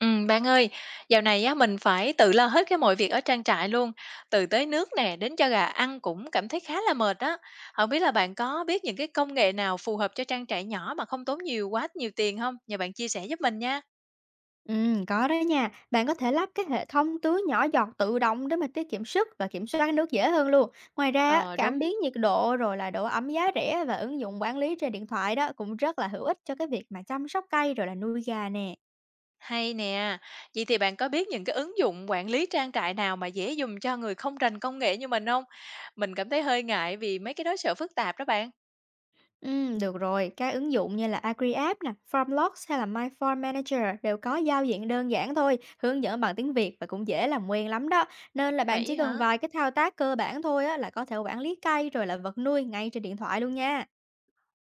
Bạn ơi, dạo này á mình phải tự lo hết cái mọi việc ở trang trại luôn, từ tới nước nè, đến cho gà ăn cũng cảm thấy khá là mệt á. Không biết là bạn có biết những cái công nghệ nào phù hợp cho trang trại nhỏ mà không tốn nhiều quá nhiều tiền không? Nhờ bạn chia sẻ giúp mình nha. Có đó nha. Bạn có thể lắp cái hệ thống tưới nhỏ giọt tự động để mà tiết kiệm sức và kiểm soát nước dễ hơn luôn. Ngoài ra, á, Ờ, cảm đúng, biến nhiệt độ rồi là độ ẩm giá rẻ và ứng dụng quản lý trên điện thoại đó cũng rất là hữu ích cho cái việc mà chăm sóc cây rồi là nuôi gà nè. hay nè. Vậy thì bạn có biết những cái ứng dụng quản lý trang trại nào mà dễ dùng cho người không rành công nghệ như mình không? Mình cảm thấy hơi ngại vì mấy cái đó sợ phức tạp đó bạn. Được rồi, các ứng dụng như là AgriApp nè, FarmLogs hay là My Farm Manager đều có giao diện đơn giản thôi, hướng dẫn bằng tiếng Việt và cũng dễ làm quen lắm đó. Nên là bạn chỉ Vậy cần hả? vài cái thao tác cơ bản thôi á, là có thể quản lý cây rồi là vật nuôi ngay trên điện thoại luôn nha.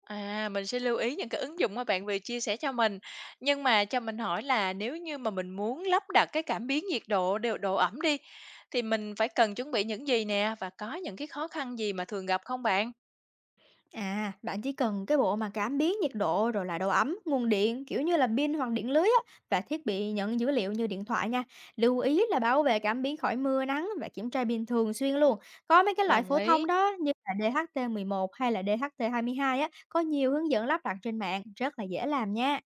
À, mình sẽ lưu ý những cái ứng dụng mà bạn vừa chia sẻ cho mình. Nhưng mà cho mình hỏi là nếu như mà mình muốn lắp đặt cái cảm biến nhiệt độ, độ ẩm đi, thì mình phải cần chuẩn bị những gì nè và có những cái khó khăn gì mà thường gặp không bạn? À, bạn chỉ cần cái bộ mà cảm biến nhiệt độ rồi là độ ẩm, nguồn điện kiểu như là pin hoặc điện lưới á, và thiết bị nhận dữ liệu như điện thoại nha. Lưu ý là bảo vệ cảm biến khỏi mưa nắng và kiểm tra pin thường xuyên luôn. Có mấy cái loại Đồng phổ thông ý. đó như là DHT1 hay là DHT22 á, có nhiều hướng dẫn lắp đặt trên mạng, rất là dễ làm nha.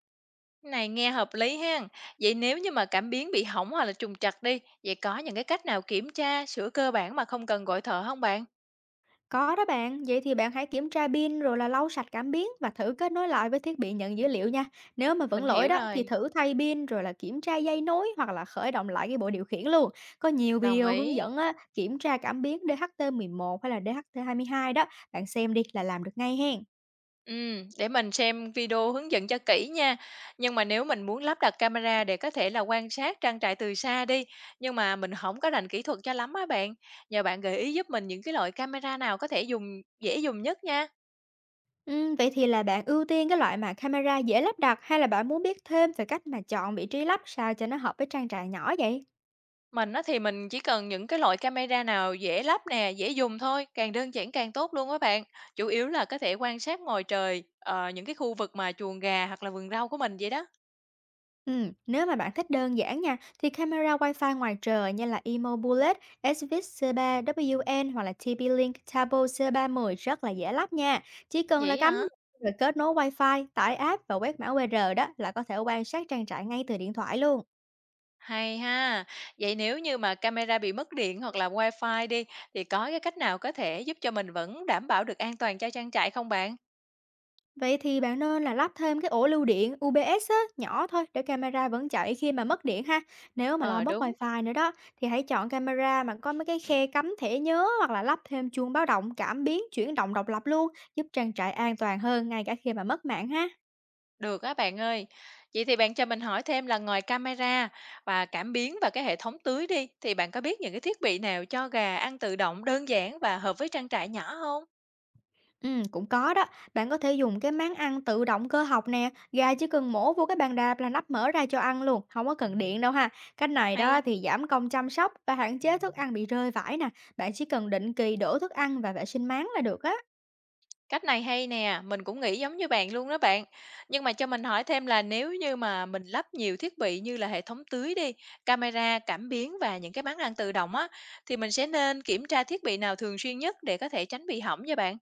Cái này nghe hợp lý ha. Vậy nếu như mà cảm biến bị hỏng hoặc là trục trặc đi, vậy có những cái cách nào kiểm tra, sửa cơ bản mà không cần gọi thợ không bạn? Có đó bạn, vậy thì bạn hãy kiểm tra pin rồi là lau sạch cảm biến và thử kết nối lại với thiết bị nhận dữ liệu nha. Nếu mà vẫn Mình lỗi hiểu đó thì rồi, thử thay pin rồi là kiểm tra dây nối hoặc là khởi động lại cái bộ điều khiển luôn. Có nhiều đồng video hướng ý. dẫn á, kiểm tra cảm biến DHT11 hay là DHT22 đó, bạn xem đi là làm được ngay hen. Để mình xem video hướng dẫn cho kỹ nha. Nhưng mà nếu mình muốn lắp đặt camera để có thể là quan sát trang trại từ xa đi, nhưng mà mình không có rành kỹ thuật cho lắm á bạn. Nhờ bạn gợi ý giúp mình những cái loại camera nào có thể dùng dễ dùng nhất nha. Ừ, vậy thì là bạn ưu tiên cái loại mà camera dễ lắp đặt hay là bạn muốn biết thêm về cách mà chọn vị trí lắp sao cho nó hợp với trang trại nhỏ vậy? Mình á thì mình chỉ cần những cái loại camera nào dễ lắp nè, dễ dùng thôi, càng đơn giản càng tốt luôn á bạn. Chủ yếu là có thể quan sát ngoài trời, những cái khu vực mà chuồng gà hoặc là vườn rau của mình vậy đó. Nếu mà bạn thích đơn giản nha, thì camera Wi-Fi ngoài trời như là Emo Bullet, Svix C3 WN hoặc là TP-Link Tabo C310 rất là dễ lắp nha. Chỉ cần là Vậy cắm hả? rồi kết nối Wi-Fi, tải app và quét mã QR đó là có thể quan sát trang trại ngay từ điện thoại luôn. Hay ha. Vậy nếu như mà camera bị mất điện hoặc là wifi đi, thì có cái cách nào có thể giúp cho mình vẫn đảm bảo được an toàn cho trang trại không bạn? Vậy thì bạn nên là lắp thêm cái ổ lưu điện UPS á, nhỏ thôi để camera vẫn chạy khi mà mất điện ha. Nếu mà lo Ờ mất đúng, wifi nữa đó thì hãy chọn camera mà có mấy cái khe cắm thẻ nhớ hoặc là lắp thêm chuông báo động cảm biến chuyển động độc lập luôn, giúp trang trại an toàn hơn ngay cả khi mà mất mạng ha. được á bạn ơi. Vậy thì bạn cho mình hỏi thêm là ngoài camera và cảm biến và cái hệ thống tưới đi, thì bạn có biết những cái thiết bị nào cho gà ăn tự động đơn giản và hợp với trang trại nhỏ không? Cũng có đó. Bạn có thể dùng cái máng ăn tự động cơ học nè, gà chỉ cần mổ vô cái bàn đạp là nắp mở ra cho ăn luôn, không có cần điện đâu ha. Cách này đó Hay. thì giảm công chăm sóc và hạn chế thức ăn bị rơi vãi nè. Bạn chỉ cần định kỳ đổ thức ăn và vệ sinh máng là được á. Cách này hay nè, mình cũng nghĩ giống như bạn luôn đó bạn. Nhưng mà cho mình hỏi thêm là nếu như mà mình lắp nhiều thiết bị như là hệ thống tưới đi, camera, cảm biến và những cái bán lăn tự động á, thì mình sẽ nên kiểm tra thiết bị nào thường xuyên nhất để có thể tránh bị hỏng vậy bạn?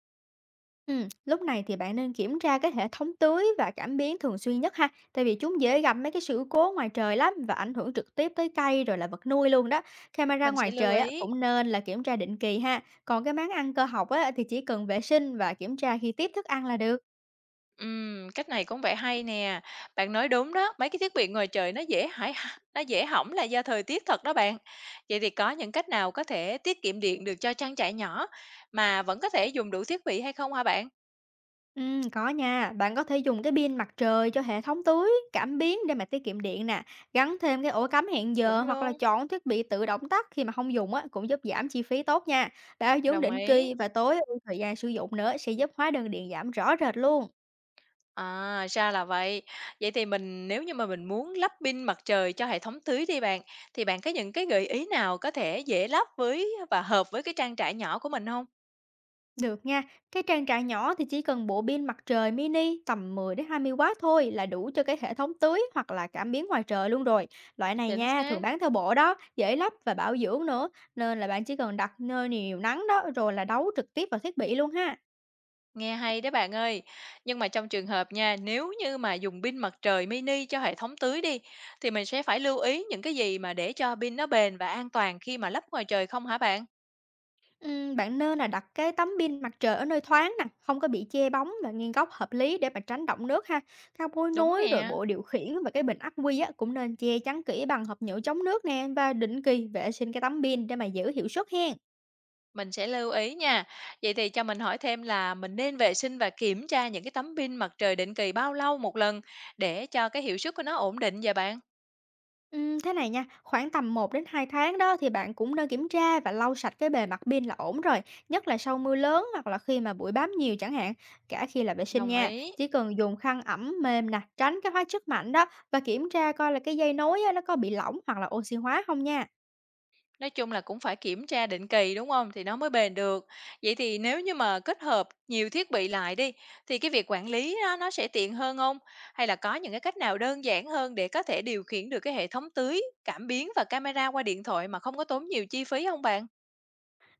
Lúc này thì bạn nên kiểm tra cái hệ thống tưới và cảm biến thường xuyên nhất ha, tại vì chúng dễ gặp mấy cái sự cố ngoài trời lắm và ảnh hưởng trực tiếp tới cây rồi là vật nuôi luôn đó. Camera Mình ngoài sẽ lưu trời á, ý. cũng nên là kiểm tra định kỳ ha. Còn cái máng ăn cơ học á, thì chỉ cần vệ sinh và kiểm tra khi tiếp thức ăn là được. Cách này cũng vẻ hay nè. Bạn nói đúng đó, mấy cái thiết bị ngoài trời nó dễ hại, nó dễ hỏng là do thời tiết thật đó bạn. Vậy thì có những cách nào có thể tiết kiệm điện được cho trang trại nhỏ mà vẫn có thể dùng đủ thiết bị hay không hả bạn? Có nha, bạn có thể dùng cái pin mặt trời cho hệ thống tưới, cảm biến để mà tiết kiệm điện nè, gắn thêm cái ổ cắm hẹn giờ Chuẩn hoặc là luôn. chọn thiết bị tự động tắt khi mà không dùng á cũng giúp giảm chi phí tốt nha. Bảo dưỡng Đồng định ý. kỳ và tối ưu thời gian sử dụng nữa sẽ giúp hóa đơn điện giảm rõ rệt luôn. À, ra là vậy. Vậy thì mình nếu như mà mình muốn lắp pin mặt trời cho hệ thống tưới đi bạn, thì bạn có những cái gợi ý nào có thể dễ lắp với và hợp với cái trang trại nhỏ của mình không? Được nha, cái trang trại nhỏ thì chỉ cần bộ pin mặt trời mini tầm 10 đến 20 W thôi là đủ cho cái hệ thống tưới hoặc là cảm biến ngoài trời luôn rồi. Loại này Chính nha, thường xác. bán theo bộ đó, dễ lắp và bảo dưỡng nữa, nên là bạn chỉ cần đặt nơi nhiều nắng đó rồi là đấu trực tiếp vào thiết bị luôn ha. Nghe hay đấy bạn ơi. Nhưng mà trong trường hợp nha, nếu như mà dùng pin mặt trời mini cho hệ thống tưới đi, thì mình sẽ phải lưu ý những cái gì mà để cho pin nó bền và an toàn khi mà lắp ngoài trời không hả bạn? Bạn nên là đặt cái tấm pin mặt trời ở nơi thoáng nè, không có bị che bóng và nghiêng góc hợp lý để mà tránh đọng nước ha. Các gối Đúng nối rồi nè. bộ điều khiển và cái bình ắc quy á, cũng nên che chắn kỹ bằng hộp nhựa chống nước nè và định kỳ vệ sinh cái tấm pin để mà giữ hiệu suất hen. Mình sẽ lưu ý nha. Vậy thì cho mình hỏi thêm là mình nên vệ sinh và kiểm tra những cái tấm pin mặt trời định kỳ bao lâu một lần để cho cái hiệu suất của nó ổn định vậy bạn? Thế này nha, khoảng tầm 1 đến 2 tháng đó thì bạn cũng nên kiểm tra và lau sạch cái bề mặt pin là ổn rồi, nhất là sau mưa lớn hoặc là khi mà bụi bám nhiều chẳng hạn, cả khi là vệ sinh Đồng nha. ý. Chỉ cần dùng khăn ẩm mềm nè, tránh cái hóa chất mạnh đó và kiểm tra coi là cái dây nối á, nó có bị lỏng hoặc là oxy hóa không nha. Nói chung là cũng phải kiểm tra định kỳ đúng không? Thì nó mới bền được. Vậy thì nếu như mà kết hợp nhiều thiết bị lại đi thì cái việc quản lý đó, nó sẽ tiện hơn không? Hay là có những cái cách nào đơn giản hơn để có thể điều khiển được cái hệ thống tưới, cảm biến và camera qua điện thoại mà không có tốn nhiều chi phí không bạn?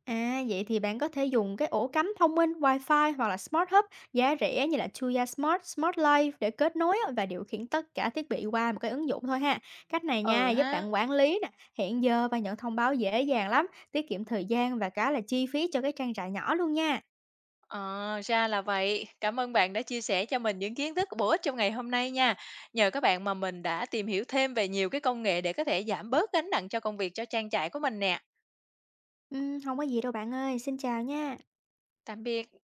À, vậy thì bạn có thể dùng cái ổ cắm thông minh Wi-Fi hoặc là Smart Hub giá rẻ như là Tuya Smart, Smart Life để kết nối á, và điều khiển tất cả thiết bị qua một cái ứng dụng thôi ha. Cách này nha, Ừ giúp ha. bạn quản lý nè, hẹn giờ và nhận thông báo dễ dàng lắm, tiết kiệm thời gian và cả là chi phí cho cái trang trại nhỏ luôn nha. Ờ, ra là vậy. Cảm ơn bạn đã chia sẻ cho mình những kiến thức bổ ích trong ngày hôm nay nha. Nhờ các bạn mà mình đã tìm hiểu thêm về nhiều cái công nghệ để có thể giảm bớt gánh nặng cho công việc cho trang trại của mình nè. Không có gì đâu bạn ơi, xin chào nha. Tạm biệt.